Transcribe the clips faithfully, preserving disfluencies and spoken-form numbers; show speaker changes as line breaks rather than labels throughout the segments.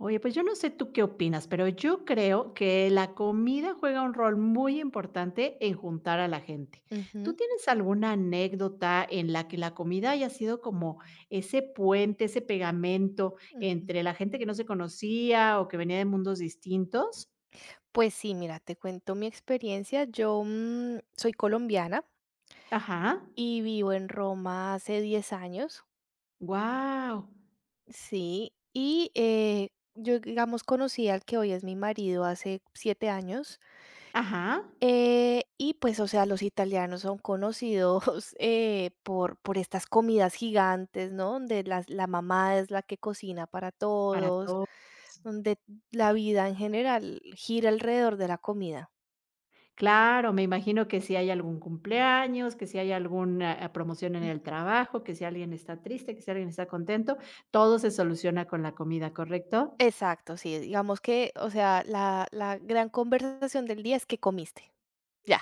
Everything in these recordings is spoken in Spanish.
Oye, pues yo no sé tú qué opinas, pero yo creo que la comida juega un rol muy importante en juntar a la gente.
Ujú,
¿Tú tienes alguna anécdota en la que la comida haya sido como ese puente, ese pegamento
ujú.
entre la gente que no se conocía o que venía de mundos distintos?
Pues sí, mira, te cuento mi experiencia. Yo, mm, soy colombiana
Ajá.
y vivo en Roma hace diez años,
Wow.
sí, y, eh, yo, digamos, conocí al que hoy es mi marido hace siete años,
Ajá.
eh, y pues, o sea, los italianos son conocidos, eh, por por estas comidas gigantes, ¿no? Donde las la mamá es la que cocina para
Para
todos,
todos.
donde la vida en general gira alrededor de la comida.
Claro, me imagino que si hay algún cumpleaños, que si hay alguna, ah, promoción en el trabajo, que si alguien está triste, que si alguien está contento, todo se soluciona con la comida, ¿correcto?
Exacto, sí, digamos que, o sea, la la gran conversación del día es que comiste, ya,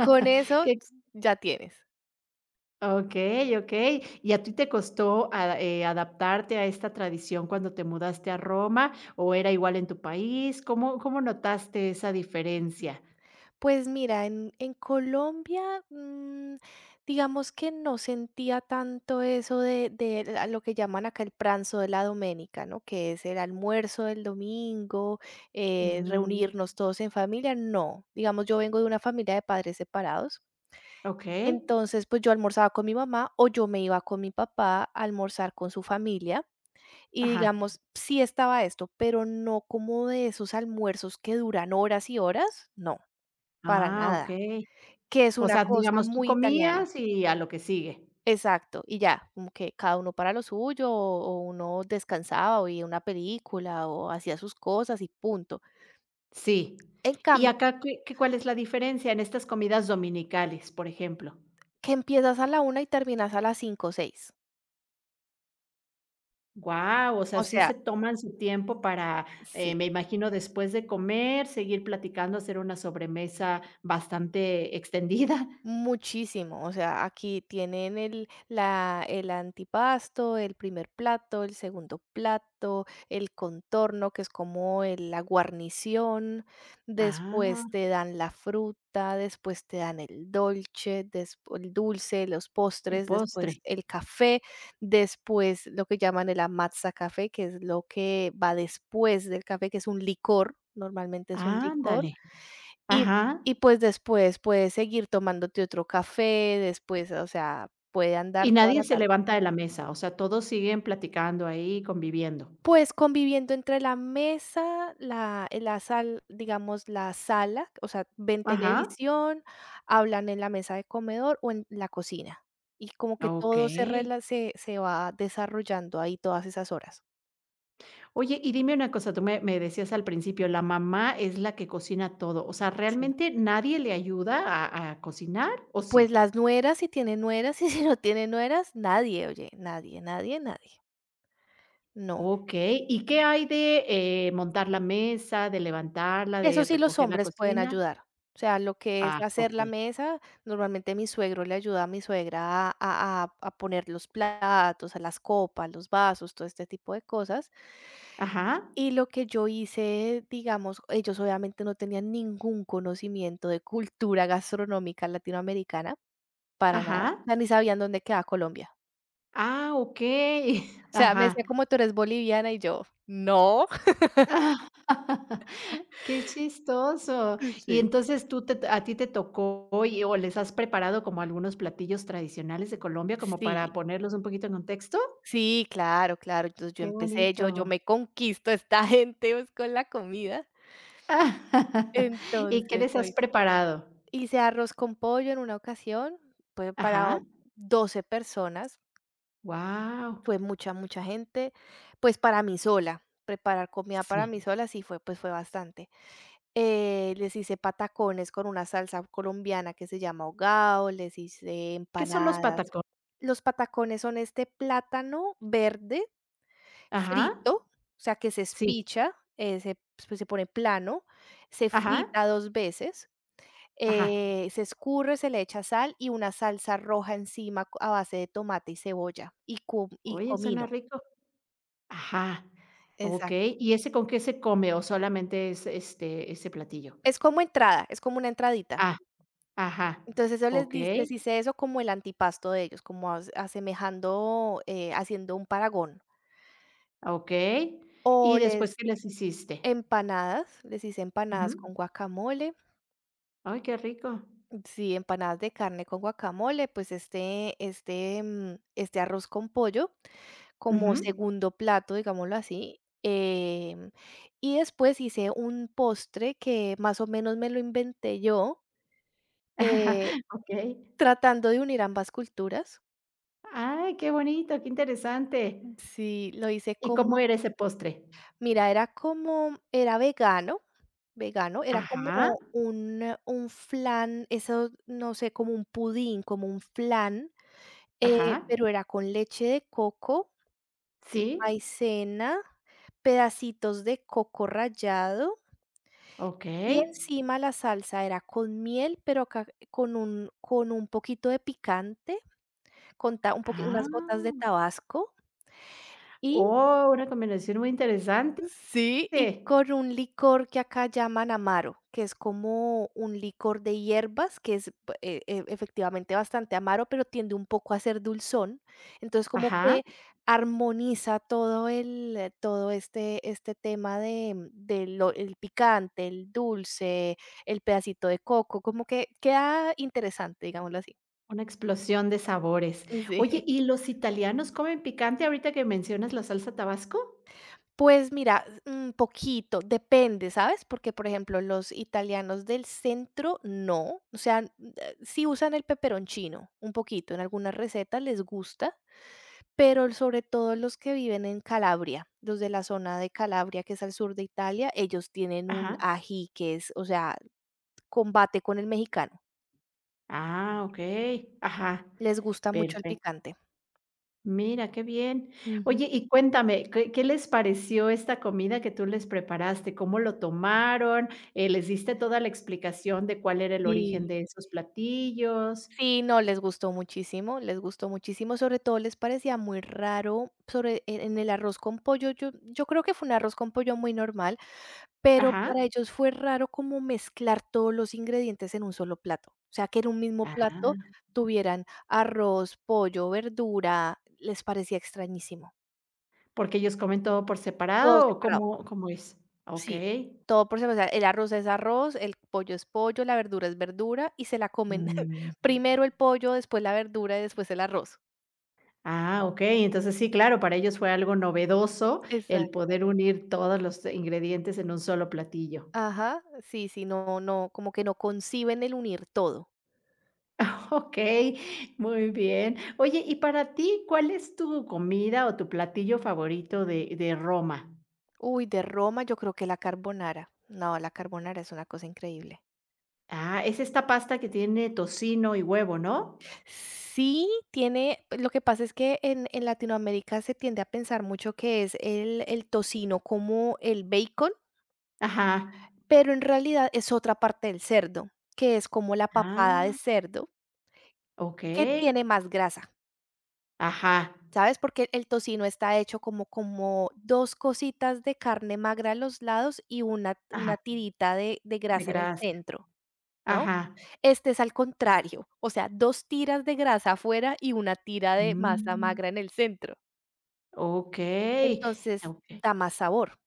con eso
Que
ya tienes.
okey, okey. ¿Y a ti te costó a eh, adaptarte a esta tradición cuando te mudaste a Roma, o era igual en tu país? ¿Cómo cómo notaste esa diferencia?
Pues mira, en en Colombia, mm, digamos que no sentía tanto eso de de la lo que llaman acá el pranzo de la doménica, ¿no? Que es el almuerzo del domingo, eh,
Mm,
reunirnos todos en familia, no. Digamos, yo vengo de una familia de padres separados,
okey.
entonces, pues, yo almorzaba con mi mamá o yo me iba con mi papá a almorzar con su familia. Y
Ajá.
digamos, sí estaba esto, pero no como de esos almuerzos que duran horas y horas, no, para
Ah,
nada,
okey.
que es
O
una
sea,
cosa
digamos, tú
muy italiana.
comías y a lo que sigue.
Exacto, y ya, como que cada uno para lo suyo, o o uno descansaba, o veía una película, o hacía sus cosas y punto.
Sí.
En
¿Y
cambio,
acá qué qué cuál es la diferencia en estas comidas dominicales, por ejemplo?
que empiezas a la una y terminas a las cinco o seis.
Guau, o sea,
O
sí
sea,
se toman su tiempo para,
sí.
eh, me imagino, después de comer, seguir platicando, hacer una sobremesa bastante extendida.
Muchísimo, o sea, aquí tienen el, la, el antipasto, el primer plato, el segundo plato, el contorno, que es como el- la guarnición,
Ah,
después te dan la fruta, después te dan el dolce, despu- el dulce, los
el
postres, después
postre.
el café, después lo que llaman el amatza café, que es lo que va después del café, que es un licor, normalmente es un licor
Ándale.
y
Ajá.
y, pues, después puedes seguir tomándote otro café, después, o sea, puede andar
Y
toda
nadie
la
se
tarde.
levanta de la mesa, o sea, todos siguen platicando ahí, conviviendo.
Pues, conviviendo entre la mesa, la eh, la sal digamos, la sala, o sea, ven
Ajá.
televisión, hablan en la mesa de comedor o en la cocina, y como que todo se
Okey.
rela se se va desarrollando ahí todas esas horas.
Oye, y dime una cosa, tú me me decías al principio, la mamá es la que cocina todo, o sea,
Sí.
¿realmente nadie le ayuda a a cocinar o
Pues,
sí?
las nueras, si tienen nueras, y si no tienen nueras, nadie, oye, nadie, nadie, nadie. No.
Okey, ¿y qué hay de, eh, montar la mesa, de levantarla,
Eso
de
sí, los
recoger la
hombres pueden
cocina?
ayudar. O sea, lo que es
Ah,
hacer la
okey.
mesa, normalmente mi suegro le ayuda a mi suegra a, a- a- a poner los platos, a las copas, los vasos, todo este tipo de cosas.
Ajá,
Y lo que yo hice, digamos, ellos obviamente no tenían ningún conocimiento de cultura gastronómica latinoamericana, para nada. O
ajá.
sea, ni sabían dónde queda Colombia.
Ah, okey.
O sea, me
Ajá.
decía como tú eres boliviana y yo, no.
Ah, qué chistoso. Y
Sí.
entonces tú te a ti te tocó y o les has preparado como algunos platillos tradicionales de Colombia, como para
Sí,
ponerlos un poquito en contexto.
sí, claro, claro. Entonces, yo
Qué
empecé, yo yo
bonito.
me conquisto a esta gente, pues, con la comida.
¿Y qué
Entonces,
les
lo
has
hice.
preparado?
Hice arroz con pollo en una ocasión, fue para
Ajá.
o- doce personas,
Wow.
fue mucha, mucha gente, pues, para mí sola. Preparar comida para mí
Sí.
sola sí fue, pues, fue bastante. Eh, les hice patacones con una salsa colombiana que se llama hogao, les hice
¿Qué son los
empanadas.
patacones?
Los patacones son este plátano verde
Ajá.
frito, o sea, que se
Sí.
espicha, eh, se pues, se pone plano, se
Ajá.
frita dos veces,
Ajá.
eh, se escurre, se le echa sal y una salsa roja encima co a base de tomate y cebolla y cum y
Oye, suena
comino.
rico. Ajá.
Exacto.
Okey, ¿y ese con qué se come o solamente es, este, ese platillo?
Es como entrada, es como una entradita.
Ah. Ajá,
Entonces, yo les di
okey,
les hice eso como el antipasto de ellos, como as asemejando, eh, haciendo un paragón.
okey.
O
¿Y después
les
qué les hiciste?
empanadas, les hice empanadas
Ujú.
con guacamole,
Ay, qué rico.
sí, empanadas de carne con guacamole, pues este, este, mm, este arroz con pollo como
Ujú.
segundo plato, digámoslo así. em, y después hice un postre que más o menos me lo inventé yo, eh,
Okey.
tratando de unir ambas culturas.
Ay, qué bonito, qué interesante.
Sí, lo hice
¿Y
como,
cómo era ese postre?
mira, era como, era vegano, vegano, era
Ajá,
como un, un flan, eso, no sé, como un pudín, como un flan. Eh,
ajá.
pero era con leche de coco,
Sí,
maicena, pedacitos de coco rallado y
okey.
encima la salsa era con miel, pero acá con un con un poquito de picante, con ta un poqui
Ah.
unas gotas de tabasco y
Oh, una combinación muy interesante.
sí, y con un licor que acá llaman amaro, que es como un licor de hierbas, que es b- e- e- efectivamente bastante amaro, pero tiende un poco a ser dulzón. Entonces, como
Ajá,
que armoniza todo el, eh, todo este, este tema de, de lo- el picante, el dulce, el pedacito de coco, como que queda interesante, digámoslo así.
una explosión de sabores.
Sí.
Oye, ¿y los italianos comen picante ahorita que mencionas la salsa Tabasco?
Pues mira, un poquito, depende, ¿sabes? Porque, por ejemplo, los italianos del centro no, o sea, n- eh, sí usan el peperoncino, un poquito, en algunas recetas les gusta, pero sobre todo los que viven en Calabria, los de la zona de Calabria, que es al sur de Italia, ellos tienen un
Ajá.
ají que es, o sea, combate con el mexicano,
Ah, okey. Ajá,
les gusta mucho el
perfecto.
picante.
Mira, qué bien.
Ujú.
Oye, y cuéntame, ¿qué qué les pareció esta comida que tú les preparaste? ¿Cómo lo tomaron? Eh, ¿les diste toda la explicación de cuál era el origen
Sí.
de esos platillos?
Sí, no, les gustó muchísimo, les gustó muchísimo, sobre todo les parecía muy raro, sobre en en el arroz con pollo, yo yo creo que fue un arroz con pollo muy normal, pero para
Ajá.
ellos fue raro como mezclar todos los ingredientes en un solo plato, o sea, que en un mismo plato
Ah,
tuvieran arroz, pollo, verdura, les parecía extrañísimo,
¿porque ellos comen todo por
todo
separado o
separado,
cómo cómo es?
sí,
Okey.
todo por separado, o sea, el arroz es arroz, el pollo es pollo, la verdura es verdura y se la comen
Mm.
primero el pollo, después la verdura y después el arroz.
Ah, okey. Entonces sí, claro, para ellos fue algo novedoso el
Exacto.
poder unir todos los ingredientes en un solo platillo.
Ajá, sí, sí, no, no, como que no conciben el unir todo.
Okey, muy bien. Oye, y para ti, ¿cuál es tu comida o tu platillo favorito de de Roma?
Uy, de Roma yo creo que la carbonara. No, la carbonara es una cosa increíble.
Ah, es esta pasta que tiene tocino y huevo, ¿no?
Sí, tiene, lo que pasa es que en, en Latinoamérica se tiende a pensar mucho que es el, el tocino como el bacon,
Ajá.
pero en realidad es otra parte del cerdo, que es como la papada de
Ah,
cerdo, que
okey.
tiene más grasa.
Ajá,
¿Sabes? Porque el tocino está hecho como como dos cositas de carne magra a los lados y una una
ajá,
tirita de de
de
grasa en el
grasa.
centro, ¿no?
Ajá.
Este es al contrario, o sea, dos tiras de grasa afuera y una tira de masa
Mm,
magra en el centro.
okey,
Entonces,
okey.
da más sabor.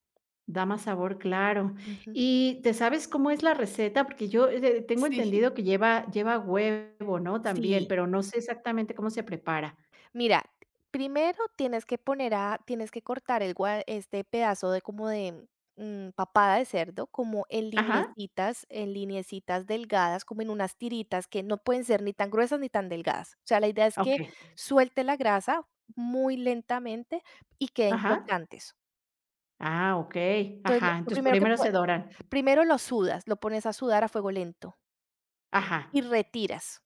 Da más sabor, claro.
Ujú.
¿Y te sabes cómo es la receta? Porque yo, eh, tengo
Sí,
entendido que lleva lleva huevo, ¿no? También,
sí.
pero no sé exactamente cómo se prepara.
Mira, primero tienes que poner a tienes que cortar el gua este pedazo de como de, mm, papada de cerdo, como en
Ajá.
liniecitas en liniecitas delgadas, como en unas tiritas que no pueden ser ni tan gruesas ni tan delgadas. O sea, la idea es que
Okey,
suelte la grasa muy lentamente y queden
ajá.
crocantes.
Ah, okey,
Entonces, lo
ajá,
lo
entonces
primero que
primero
pue
se doran.
primero lo sudas, lo pones a sudar a fuego lento
Ajá,
y retiras.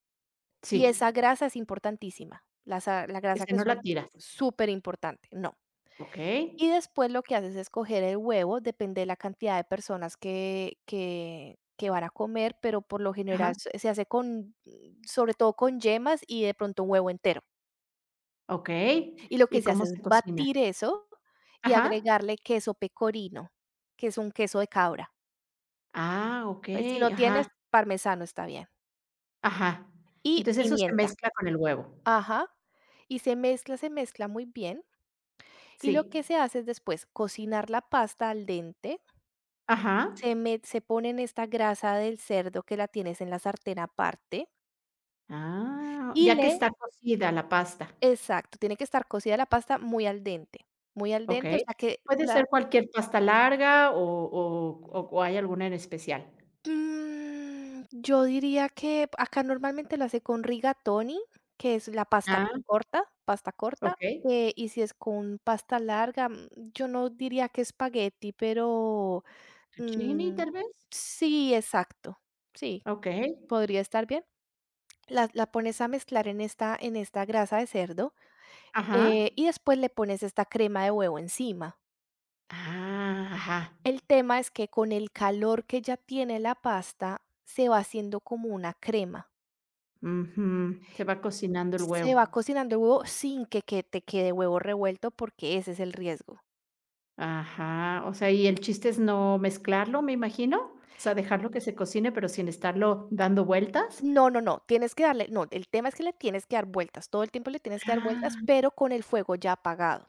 Y
sí,
esa grasa es importantísima, la sa la grasa
ese
que
no la
suelta,
tiras.
súper importante. No.
Okey,
Y después lo que haces es coger el huevo, depende de la cantidad de personas que, que, que van a comer, pero por lo general
ajá,
se se hace con, mm, sobre todo con yemas y de pronto un huevo entero.
okey,
Y lo que
¿y
se hace
cómo se
es
cocina?
batir eso y
Ajá.
agregarle queso pecorino, que es un queso de cabra.
Ah,
Pues si no
okey,
tienes
ajá,
parmesano está bien.
ajá.
Y
Entonces eso se
pimienta.
mezcla con el huevo.
Ajá. Y se mezcla, se mezcla muy bien. Y
Sí,
lo que se hace es después cocinar la pasta al dente,
ajá.
se me se ponen esta grasa del cerdo que la tienes en la sartén aparte
Ah,
y
ya que
le
está cocida la pasta,
exacto, tiene que estar cocida la pasta muy al dente, muy al dente, o
okey.
sea que
¿Puede ser
la,
cualquier pasta larga o o o o hay alguna en especial?
mm, yo diría que acá normalmente la hace con rigatoni, que es la pasta
Ah,
corta, pasta corta,
okey,
eh, y si es con pasta larga, mm, yo no diría que espagueti, pero,
fettuccini,
mm,
tal vez.
sí, exacto, sí,
Okey,
¿podría estar bien? La la pones a mezclar en esta en esta grasa de cerdo,
ajá.
eh, y después le pones esta crema de huevo encima.
Ah, ajá.
El tema es que con el calor que ya tiene la pasta, se va haciendo como una crema.
Ujú. Se va cocinando el
Se
huevo.
va cocinando el huevo sin que que te quede huevo revuelto, porque ese es el riesgo.
Ajá. O sea, y el chiste es no mezclarlo, me imagino. O sea, dejarlo que se cocine, pero sin estarlo dando vueltas.
No, no, no, tienes que darle no, el tema es que le tienes que dar vueltas, todo el tiempo le tienes que dar vueltas,
Ah.
pero con el fuego ya apagado.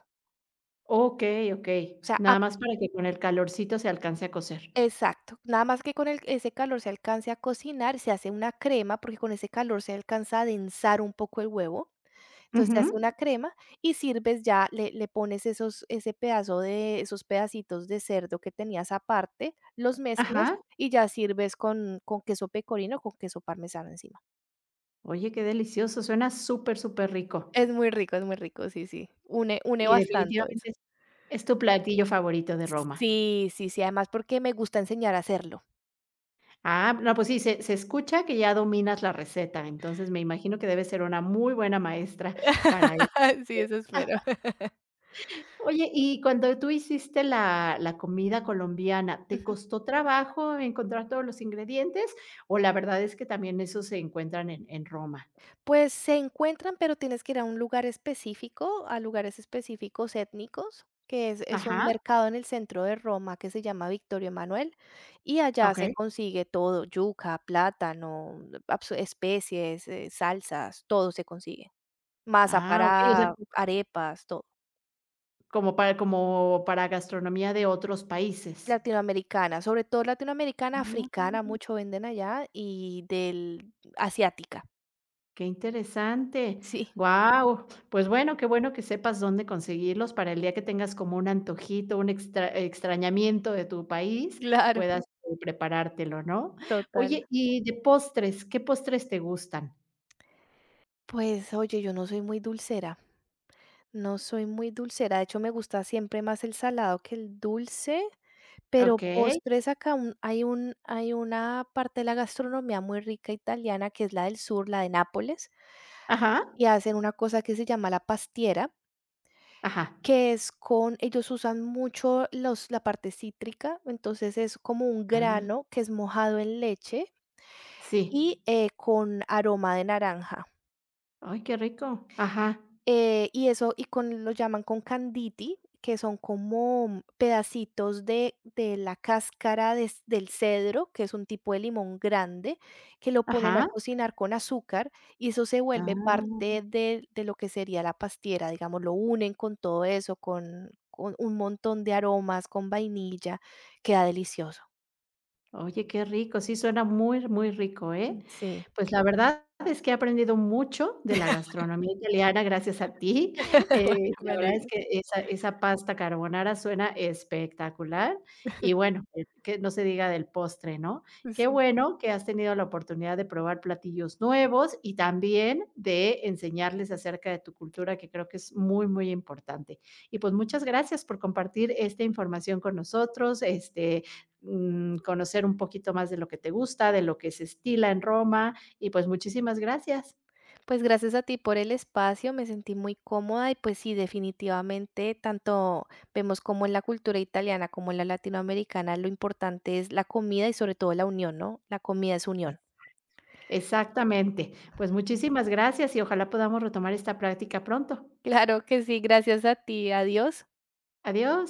Okey, okey.
O sea,
Nada más para que con el calorcito se alcance a cocer.
exacto, nada más que con el ese calor se alcance a cocinar, se hace una crema, porque con ese calor se alcanza a densar un poco el huevo, entonces se hace
Ujú.
una crema y sirves ya, le le pones esos ese pedazo de esos pedacitos de cerdo que tenías aparte, los mezclas
Ajá.
y ya sirves con con queso pecorino, con queso parmesano encima.
Oye, qué delicioso. Suena súper, súper rico.
Es muy rico, es muy rico, sí, sí, une une
Y
bastante eso.
definitivamente es es tu platillo favorito de Roma.
Sí, sí, sí, además porque me gusta enseñar a hacerlo.
Ah, no, pues sí, se se escucha que ya dominas la receta, entonces me imagino que debes ser una muy buena maestra para eso.
Sí, eso espero.
Oye, y cuando tú hiciste la la comida colombiana, ¿te costó trabajo encontrar todos los ingredientes? O la verdad es que también esos se encuentran en en Roma.
Pues se encuentran, pero tienes que ir a un lugar específico, a lugares específicos étnicos, que es, es un
Ajá,
mercado en el centro de Roma que se llama Victorio Emanuel, y allá se
okey.
consigue todo, yuca, plátano, mm, abs- especies, eh, salsas, todo se consigue. Masa
Ah, okey, o sea,
para arepas, todo.
como para como para gastronomía de otros países.
Latinoamericana, sobre todo latinoamericana,
Ah.
africana, mucho venden allá, y del asiática.
Qué interesante.
Sí,
Guau. Pues bueno, qué bueno que sepas dónde conseguirlos para el día que tengas como un antojito, un extra extrañamiento de tu país,
claro,
puedas eh, preparártelo, ¿no?
total.
Oye, y de postres, ¿qué postres te gustan?
Pues oye, yo no soy muy dulcera. No soy muy dulcera, de hecho, me gusta siempre más el salado que el dulce, pero
Okey.
postres acá un hay un hay una parte de la gastronomía muy rica italiana, que es la del sur, la de Nápoles,
Ajá,
y hacen una cosa que se llama la pastiera,
ajá.
que es con ellos usan mucho los la parte cítrica, entonces es como un
Ah,
grano que es mojado en leche
sí.
y, eh, con aroma de naranja.
Ay, qué rico. Ajá,
Eh, y eso, y con lo llaman con canditi, que son como mm, pedacitos de, de la cáscara de del cedro, que es un tipo de limón grande, que lo ponen a
ajá.
cocinar con azúcar y eso se vuelve
Ah.
parte de, de lo que sería la pastiera, digamos, lo unen con todo eso, con, con un montón de aromas, con vainilla, queda delicioso.
Oye, qué rico, sí suena muy, muy rico, ¿eh?
Mm. Sí.
Pues la verdad es que he aprendido mucho de la gastronomía italiana gracias a ti. Eh,
Bueno, me
la verdad es
alegro.
que esa esa pasta carbonara suena espectacular y bueno, eh, que no se diga del postre, ¿no? Qué
Sí.
bueno que has tenido la oportunidad de probar platillos nuevos y también de enseñarles acerca de tu cultura, que creo que es muy, muy importante. Y pues muchas gracias por compartir esta información con nosotros, este mm, conocer un poquito más de lo que te gusta, de lo que se estila en Roma y pues muchísimas gracias.
Pues gracias a ti por el espacio, me sentí muy cómoda y pues sí, definitivamente tanto vemos como en la cultura italiana como en la latinoamericana lo importante es la comida y sobre todo la unión, ¿no? La comida es
Es.
unión.
Exactamente. Pues muchísimas gracias y ojalá podamos retomar esta práctica pronto.
Claro que sí, gracias a ti, adiós.
Adiós.